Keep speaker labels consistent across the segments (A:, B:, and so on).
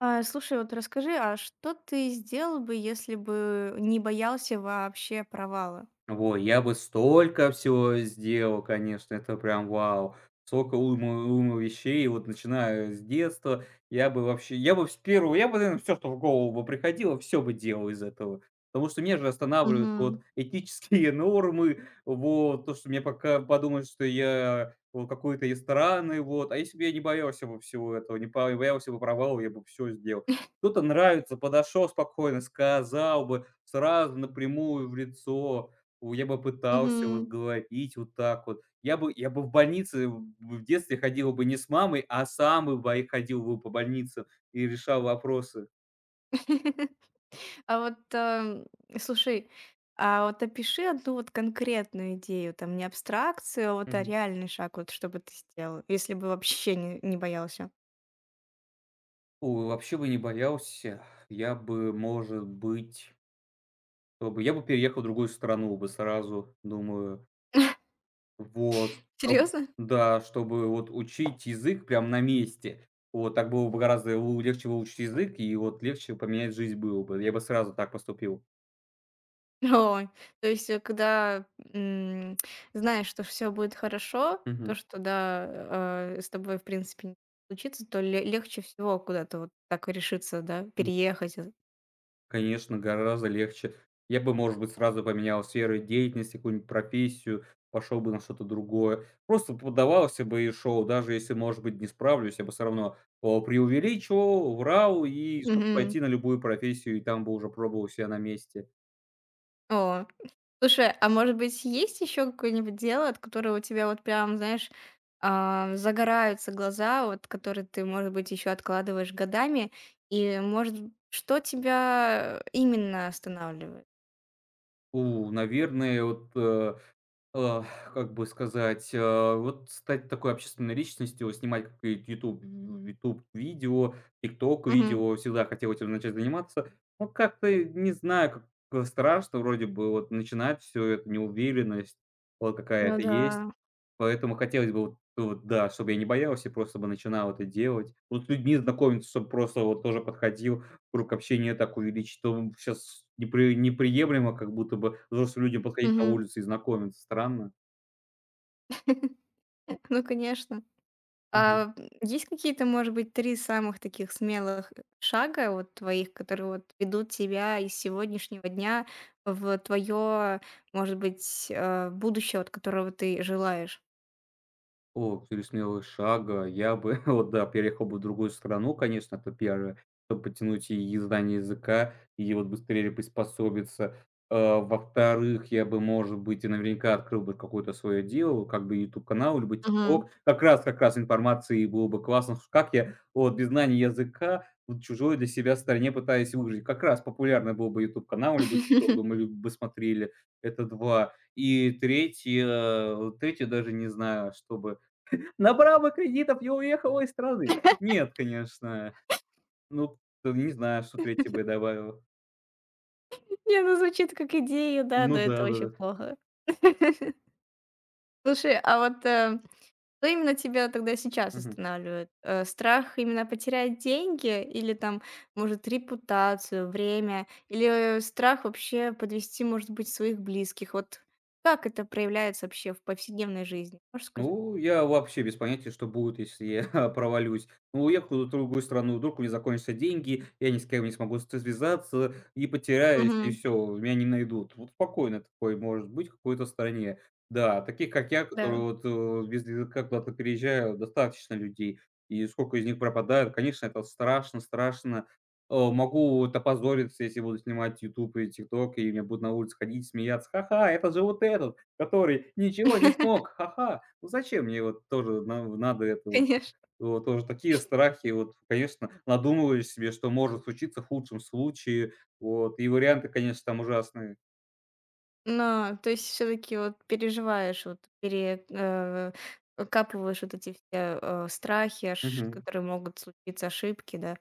A: А, слушай, вот расскажи, а что ты сделал бы, если бы не боялся вообще провала?
B: Во, я бы столько всего сделал, конечно, это прям вау. Столько уйма вещей, вот начиная с детства. Я бы вообще, я бы с первого, Я бы, наверное, всё, что в голову бы приходило, все бы делал из этого. Потому что меня же останавливают
A: Мгм.
B: вот этические нормы, вот то, что мне пока подумают, что я вот какой-то из страны, вот. А если бы я не боялся бы всего этого, не по боялся бы провала, я бы все сделал. Кто-то нравится, подошел спокойно, сказал бы сразу напрямую в лицо. Я бы пытался вот
A: Мгм.
B: говорить вот так вот. Я бы в больнице в детстве ходил бы не с мамой, а сам бы ходил бы по больнице и решал вопросы.
A: А вот, слушай, а вот опиши одну вот конкретную идею, там не абстракцию, а
B: Мгм.
A: реальный шаг, вот что бы ты сделал, если бы вообще не боялся.
B: Ой, вообще бы не боялся. Я бы, может быть, что бы я бы переехал в другую страну бы сразу, думаю. Вот, чтоб
A: Серьезно?
B: да, чтобы вот учить язык прям на месте. Вот так было бы гораздо лу легче выучить язык, и вот легче поменять жизнь было бы. Я бы сразу так поступил.
A: Ой, то есть, когда, м, знаешь, что все будет хорошо, то,
B: Мгм.
A: что, да, с тобой, в принципе, не случится, то ле легче всего куда-то вот так решиться, да, переехать.
B: Конечно, гораздо легче. Я бы, может быть, сразу поменял сферы деятельности, какую-нибудь профессию, пошел бы на что-то другое. Просто поддавался бы и шел, даже если, может быть, не справлюсь, я бы все равно преувеличивал, врал и чтоб
A: Мгм.
B: пойти на любую профессию, и там бы уже пробовал себя на месте.
A: О, слушай, а может быть, есть еще какое-нибудь дело, от которого у тебя вот прям, знаешь, загораются глаза, вот которые ты, может быть, еще откладываешь годами? И, может, что тебя именно останавливает?
B: У, наверное, вот э, А, как бы сказать, вот стать такой общественной личностью, вот снимать какие-то YouTube в «Ютуб» видео, TikTok
A: Мгм.
B: видео, всегда хотел этим начать заниматься. Но как-то не знаю, как страшно вроде бы вот начинать все это, неуверенность вот
A: Ну
B: какая-то есть.
A: да.
B: Поэтому хотелось бы вот, да, чтобы я не боялся и просто бы начинал это делать. Вот с людьми знакомиться, чтобы просто вот тоже подходил, круг общения так увеличить. То щас неприемлемо, как будто бы взрослым людям подходить на
A: Мгм.
B: улице и знакомиться. Странно.
A: Ну, конечно.
B: Мгм.
A: А есть какие-то, может быть, 3 самых таких смелых шага вот твоих, которые вот ведут тебя из сегодняшнего дня в твое, может быть, будущее, от которого ты желаешь?
B: О, три смелых шага. Я бы, вот да, переехал бы в другую страну, конечно, это первое, чтобы потянуть и знание языка, и вот быстрее приспособиться. А, во-вторых, я бы, может быть, и наверняка открыл бы какое-то свое дело, как бы YouTube канал либо
A: Мгм.
B: TikTok. Как раз информации было бы классно, ш как я вот без знания языка в чужой для себя стране пытаюсь выжить. Как раз популярный был бы YouTube канал либо TikTok, думаю, люди бы смотрели. Это два. И третье даже не знаю, чтобы набрала кредитов и уехала из страны. Нет, конечно. Ну, не знаю, что 3-е бы я добавил.
A: Не, ну звучит как идея, да, но
B: Ну
A: это
B: да,
A: очень
B: да-да.
A: плохо. Слушай, а вот, Что именно тебя тогда сейчас
B: Мгм.
A: останавливает? Страх именно потерять деньги или там, может, репутацию, время, или страх вообще подвести, может быть, своих близких? Вот как это проявляется вообще в повседневной жизни? Можешь сказать?
B: Ну, я вообще без понятия, что будет, если я провалюсь. Ну, уехал в другую страну, вдруг у меня закончатся деньги, я ни с кем не смогу связаться и потеряюсь, и
A: Мгм.
B: все, меня не найдут. Вот спокойно такой может быть в какой-то стране. Да, таких как я, которые
A: Да,
B: вот без языка куда-то переезжают, достаточно людей. И сколько из них пропадают, конечно, это страшно, страшно. Могу вот опозориться, если буду снимать YouTube и TikTok, и меня будут на улице ходить, смеяться. Ха-ха, это же вот этот. Который ничего не смог, ха-ха. Ну зачем мне вот тоже на надо это вот?
A: конечно.
B: Вот тоже такие страхи, вот, конечно, надумываешь себе, что может случиться в худшем случае, вот, и варианты, конечно, там ужасные.
A: Но, то есть все-таки вот переживаешь, вот пере, э, капываешь вот эти все страхи, аж
B: Мгм.
A: которые могут случиться, ошибки, да?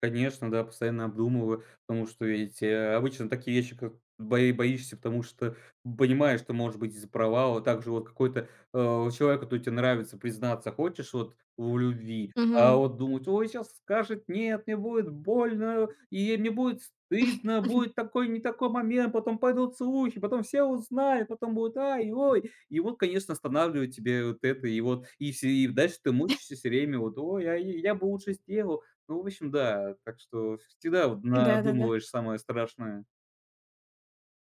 B: Конечно, да, постоянно обдумываю, потому что ведь, обычно такие вещи, как боишься, потому что понимаешь, что может быть из-за провала. Также вот какой-то, человек, который тебе нравится, признаться хочешь вот в любви, а
A: Мгм.
B: вот думать: «Ой, сейчас скажет нет, мне будет больно, и мне будет стыдно, будет такой не такой момент, потом пойдут слухи, потом все узнают, потом будет ай, ой». И вот, конечно, останавливает тебе вот это, и вот и все и дальше ты мучаешься всё время вот: «Ой, а я бы лучше сделал». Ну, в общем, да. Так что всегда вот
A: Да-да-да.
B: надумываешь самое страшное.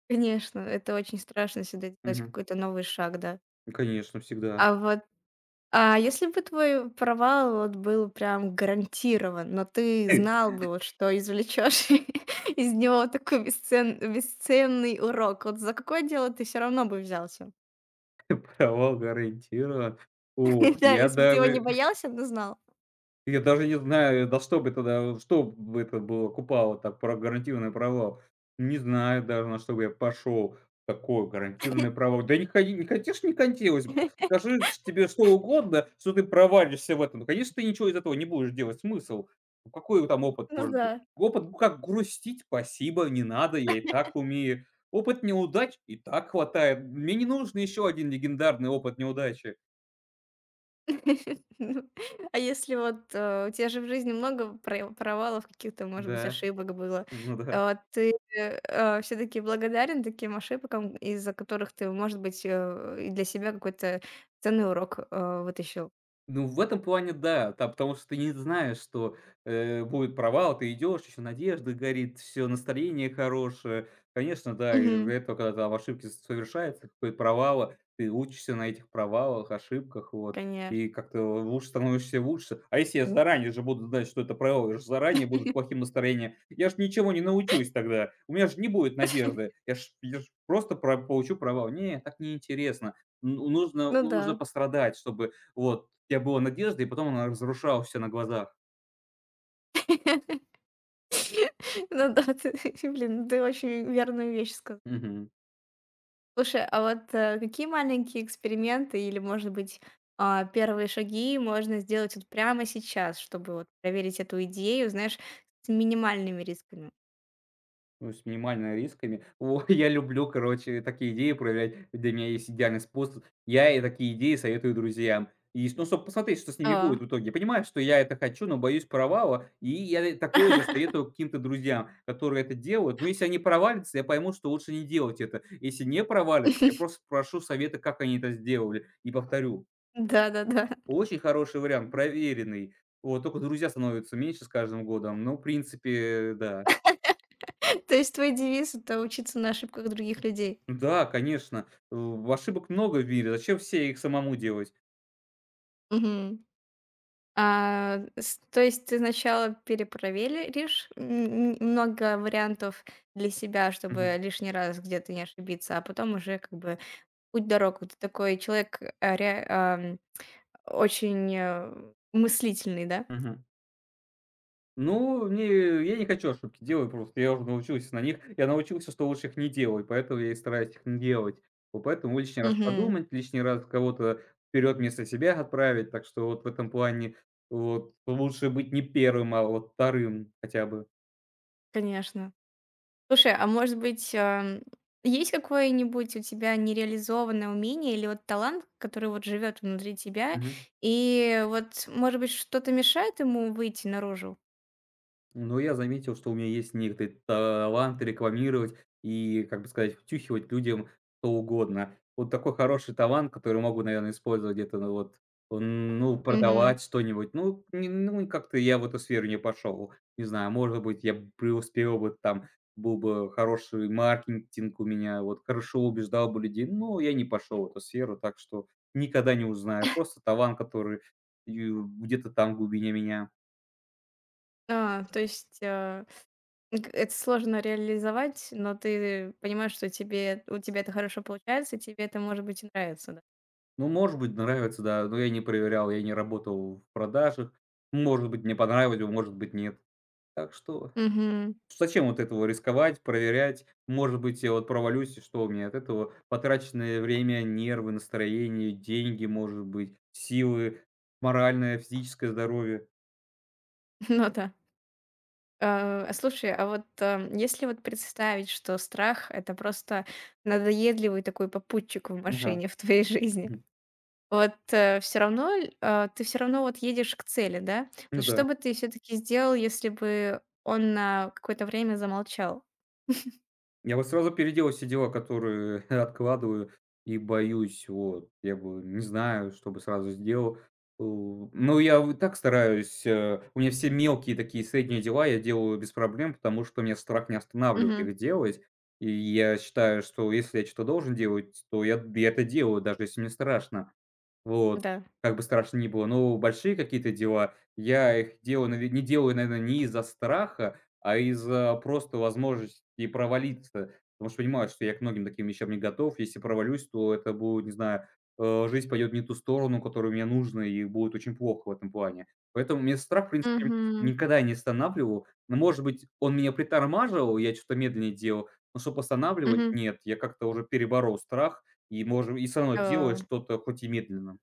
A: Конечно, это очень страшно всегда делать
B: Мгм.
A: какой-то новый шаг, да.
B: Ну, конечно, всегда.
A: А вот, а если бы твой провал вот был прям гарантирован, но ты знал бы, вот что извлечешь из него такой бесценный урок, вот за какое дело ты все равно бы взялся?
B: Провал гарантирован. Ух,
A: Да,
B: я
A: если бы ты его не
B: даже
A: боялся, но знал.
B: Я даже не знаю, да что бы тогда, что бы это было, купало так про гарантированный провал. Не знаю даже, на что бы я пошел. Такой гарантированный провал. Да не ходи, не конечно, не хотелось бы. Скажи ш тебе что угодно, что ты провалишься в этом. Ну, конечно, ты ничего из этого не будешь делать. Смысл? Ну, какой там опыт
A: Ну
B: может
A: да.
B: быть? Опыт, ну, как грустить, спасибо, не надо, я и так умею. Опыт неудач и так хватает. Мне не нужен еще один легендарный опыт неудачи.
A: Ну, а если вот, у тебя же в жизни много провалов, каких-то, может быть,
B: Да,
A: ошибок было.
B: ну да.
A: Ты, все таки благодарен таким ошибкам, из-за которых ты, может быть, и для себя какой-то ценный урок, вытащил?
B: Ну, в этом плане да, та потому что ты не знаешь, что, будет провал, ты идешь, еще надежда горит, все настроение хорошее. Конечно, да, и из-за
A: Мгм.
B: этого, когда там ошибки с совершаются, какое-то провала, ты учишься на этих провалах, ошибках, вот,
A: Конечно.
B: и как-то лучше становишься лучше. А если я заранее же буду знать, что это провал, я же заранее буду с плохим настроением, я ж ничего не научусь тогда, у меня же не будет надежды, я ж просто про получу провал. Не, так неинтересно. Н нужно
A: Ну да.
B: нужно пострадать, чтобы вот у тебя была надежда, и потом она разрушалась все на глазах.
A: Ну да, ты блин, ты очень верную вещь сказал.
B: Мгм.
A: Слушай, а вот, какие маленькие эксперименты или, может быть, первые шаги можно сделать вот прямо сейчас, чтобы вот проверить эту идею, знаешь, с минимальными рисками?
B: Ну, с минимальными рисками. О, я люблю, короче, такие идеи проверять. Для меня есть идеальный способ. Я и такие идеи советую друзьям. И, ну, чтобы посмотреть, что с ними
A: А.
B: будет в итоге. Я понимаю, что я это хочу, но боюсь провала. И я такое же советую каким-то друзьям, которые это делают. Но если они провалятся, я пойму, что лучше не делать это. Если не провалится, я просто прошу совета, как они это сделали, и повторю.
A: Да-да-да.
B: Очень хороший вариант, проверенный. Вот, только друзья становятся меньше с каждым годом. Ну, в принципе, да.
A: То есть твой девиз — это учиться на ошибках других людей.
B: Да, конечно, ошибок много в мире. Зачем все их самому делать?
A: Мгм. А, с то есть ты сначала перепроверишь много вариантов для себя, чтобы
B: Мгм,
A: лишний раз где-то не ошибиться, а потом уже как бы путь дорогу. Ты такой человек, очень, мыслительный, да?
B: мгм. Ну, мне я не хочу ошибки делать просто. Я уже научился на них. Я научился, что лучше их не делай, поэтому я и стараюсь их не делать. Вот поэтому лишний раз
A: Мгм.
B: подумать, лишний раз кого-то вперед вместо себя отправить. Так что вот в этом плане вот лучше быть не первым, а вот вторым хотя бы.
A: Конечно. Слушай, а может быть, есть какое-нибудь у тебя нереализованное умение или вот талант, который вот живет внутри тебя,
B: Мгм.
A: и вот, может быть, что-то мешает ему выйти наружу?
B: Но я заметил, что у меня есть некоторый талант рекламировать и, как бы сказать, втюхивать людям что угодно. Вот такой хороший талант, который могу, наверное, использовать где-то, ну вот, ну,
A: Мгм.
B: продавать что-нибудь. Ну, не, ну, как-то я в эту сферу не пошел. Не знаю, может быть, я б преуспел бы там, был бы хороший маркетинг у меня, вот, хорошо убеждал бы людей, но я не пошел в эту сферу, так что никогда не узнаю. Просто талант, который где-то там в глубине меня.
A: А, то есть, э, г это сложно реализовать, но ты понимаешь, что тебе у тебя это хорошо получается, и тебе это, может быть, и нравится, да?
B: Ну, может быть, нравится, да, но я не проверял, я не работал в продажах. Может быть, мне понравилось, может быть, нет. Так что
A: Угу.
B: зачем вот этого рисковать, проверять? Может быть, я вот провалюсь, и что у меня от этого? Потраченное время, нервы, настроение, деньги, может быть, силы, моральное, физическое здоровье.
A: Ну да. А слушай, а вот, если вот представить, что страх — это просто надоедливый такой попутчик
B: Ага.
A: в твоей жизни,
B: Мгм.
A: вот, все равно ль э, ты все равно вот едешь к цели, да?
B: Ну
A: Вот что
B: да.
A: бы ты все таки сделал, если бы он на какое-то время замолчал?
B: Я бы сразу переделал все дела, которые откладываю и боюсь. Вот. Я бы не знаю, что бы сразу сделал. Ну, я вот так стараюсь. У меня все мелкие такие средние дела я делаю без проблем, потому что меня страх не останавливает
A: Мгм.
B: их делать. И я считаю, что если я что-то должен делать, то я это делаю, даже если мне страшно. Вот,
A: Да.
B: как бы страшно ни было. Но большие какие-то дела я их делаю, наве не делаю, наверное, не из-за страха, а из-за просто возможности провалиться. Потому что понимаю, что я к многим таким вещам не готов. Если провалюсь, то это будет, не знаю, жизнь пойдет не ту сторону, которую мне нужно, и будет очень плохо в этом плане. Поэтому меня страх, в принципе,
A: Мгм.
B: никогда не останавливал. Но, может быть, он меня притормаживал, я что-то медленнее делал, но чтобы останавливать —
A: Мгм.
B: нет. Я как-то уже переборол страх и, можем и всё равно делаю
A: Да.
B: что-то хоть и медленно.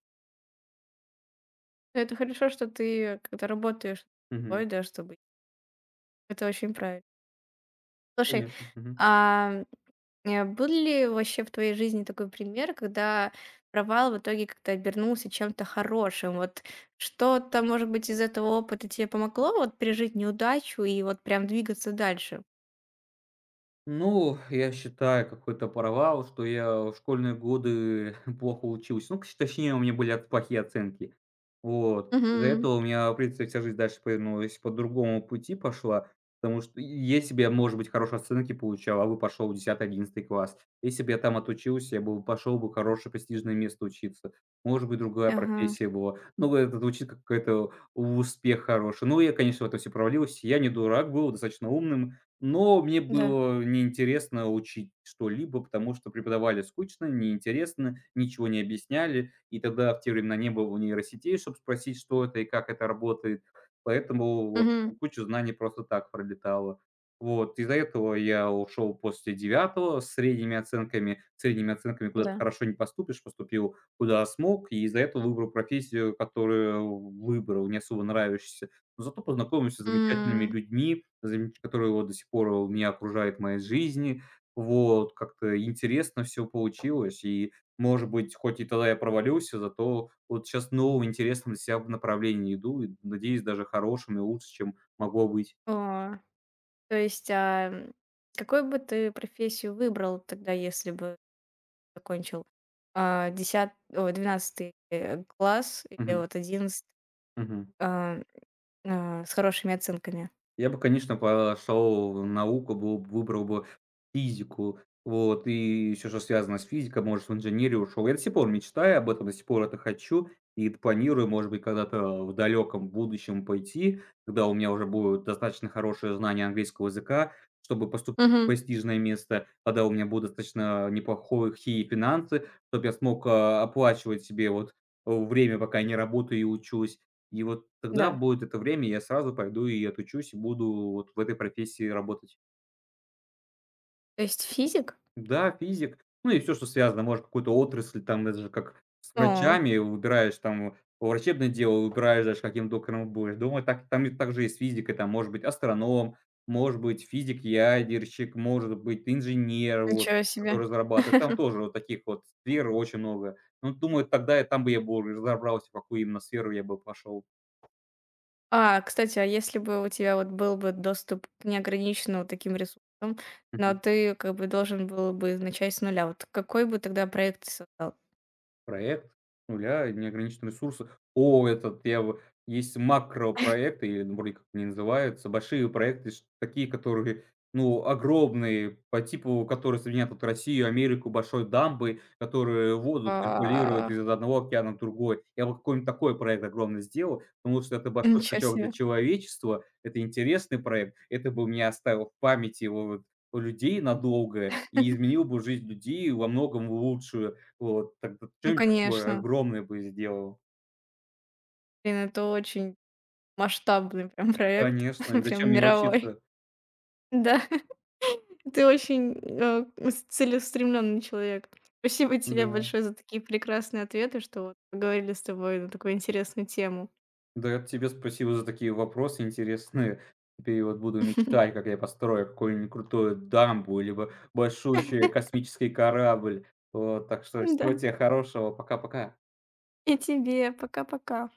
A: Это хорошо, что ты как-то работаешь,
B: Мгм.
A: ой, да, чтобы это очень правильно. Слушай,
B: Конечно. Мгм.
A: а, был ли вообще в твоей жизни такой пример, когда провал в итоге как-то обернулся чем-то хорошим? Вот что-то, может быть, из этого опыта тебе помогло вот пережить неудачу и вот прям двигаться дальше?
B: Ну, я считаю, какой-то провал, что я в школьные годы плохо учился. Ну, кс точнее, у меня были от плохие оценки. Вот. Из-за этого
A: Мгм.
B: у меня, в принципе, вся жизнь дальше повернулась, по другому пути пошла, потому что если бы я, может быть, хорошие оценки получал, а бы пошел в десятый, одиннадцатый класс, если бы я там отучился, я бы пошел бы в хорошее престижное место учиться. Может быть, другая
A: Ага,
B: профессия была. Ну, это звучит как какой-то успех хороший. Ну, я, конечно, в этом все провалился. Я не дурак был, достаточно умным, но мне
A: да.
B: было неинтересно учить что-либо, потому что преподавали скучно, неинтересно, ничего не объясняли. И тогда в те времена не было нейросетей, чтобы спросить, что это и как это работает. Поэтому вот
A: Мгм.
B: куча знаний просто так пролетала. Вот, из-за этого я ушел после девятого с средними оценками. С средними оценками куда то
A: Да.
B: хорошо не поступишь, поступил куда смог, и из-за этого выбрал профессию, которую выбрал, не особо нравящуюся. Но зато познакомился с замечательными
A: М.
B: людьми, замеч которые вот до сих пор у меня окружают в моей жизни. Вот, как-то интересно все получилось. И, может быть, хоть и тогда я провалился, зато вот сейчас новым интересным для себя в направлении иду и, надеюсь, даже хорошим и лучше, чем могло быть.
A: О, то есть, какой бы ты профессию выбрал тогда, если бы закончил, 10 ой, 12 класс или
B: Мгм.
A: вот одиннадцатый?
B: Мгм.
A: а, с хорошими оценками.
B: Я бы, конечно, пошел в науку, бы выбрал бы физику, вот, и всё, что связано с физикой, может, в инженерию ушел. Я до сих пор мечтаю об этом, до сих пор это хочу и планирую, может быть, когда-то в далеком будущем пойти, когда у меня уже будут достаточно хорошие знания английского языка, чтобы поступить в
A: Мгм.
B: престижное место, когда у меня будут достаточно неплохие финансы, чтобы я смог, оплачивать себе вот время, пока я не работаю и учусь. И вот тогда
A: Да.
B: будет это время, я сразу пойду и отучусь, и буду вот в этой профессии работать.
A: То есть физик?
B: Да, физик, ну и все, что связано, может, какую-то отрасль, там даже как с
A: О.
B: врачами, выбираешь там врачебное дело, выбираешь даже каким доктором будешь. Думаю, так там и так же и с физикой, там может быть астроном, может быть физик-ядерщик, может быть инженер, вот,
A: Ничего себе.
B: который разрабатывает. Там тоже вот таких вот сфер очень много. Ну, думаю, тогда я там бы уже разобрался, в какую именно сферу я бы пошел.
A: А, кстати, а если бы у тебя вот был бы доступ к неограниченному таким ресурсам, но ты как бы должен был бы начать с нуля, вот какой бы тогда проект ты создал?
B: Проект с нуля, неограниченные ресурсы. О, этот я в есть макропроекты, или ну, вроде как они называются, большие проекты, ш такие, которые, ну, огромные, по типу, которые соединят вот Россию, Америку большой дамбы, которые воду
A: А,
B: циркулируют из одного океана в другой. Я вот какой-нибудь такой проект огромный сделал, потому что это большой
A: ничего
B: скачок для
A: себе.
B: человечества, это интересный проект, это бы меня оставил в памяти его вот у людей надолго и изменил бы жизнь людей во многом в лучшую. Вот, тогда
A: Ну,
B: что-нибудь такое
A: конечно.
B: огромное бы сделал.
A: Блин, это очень масштабный прям проект,
B: Конечно, и зачем
A: прям мировой.
B: мелочиться?
A: Да. Ты очень, э, с целеустремленный человек. Спасибо тебе
B: Да.
A: большое за такие прекрасные ответы, что вот поговорили с тобой на такую интересную тему.
B: Да, это тебе спасибо за такие вопросы интересные. Теперь вот буду мечтать, как я построю какую-нибудь крутую дамбу, либо большущий космический корабль. Вот, так что
A: Да,
B: всего тебе хорошего. Пока-пока.
A: и тебе. Пока-пока.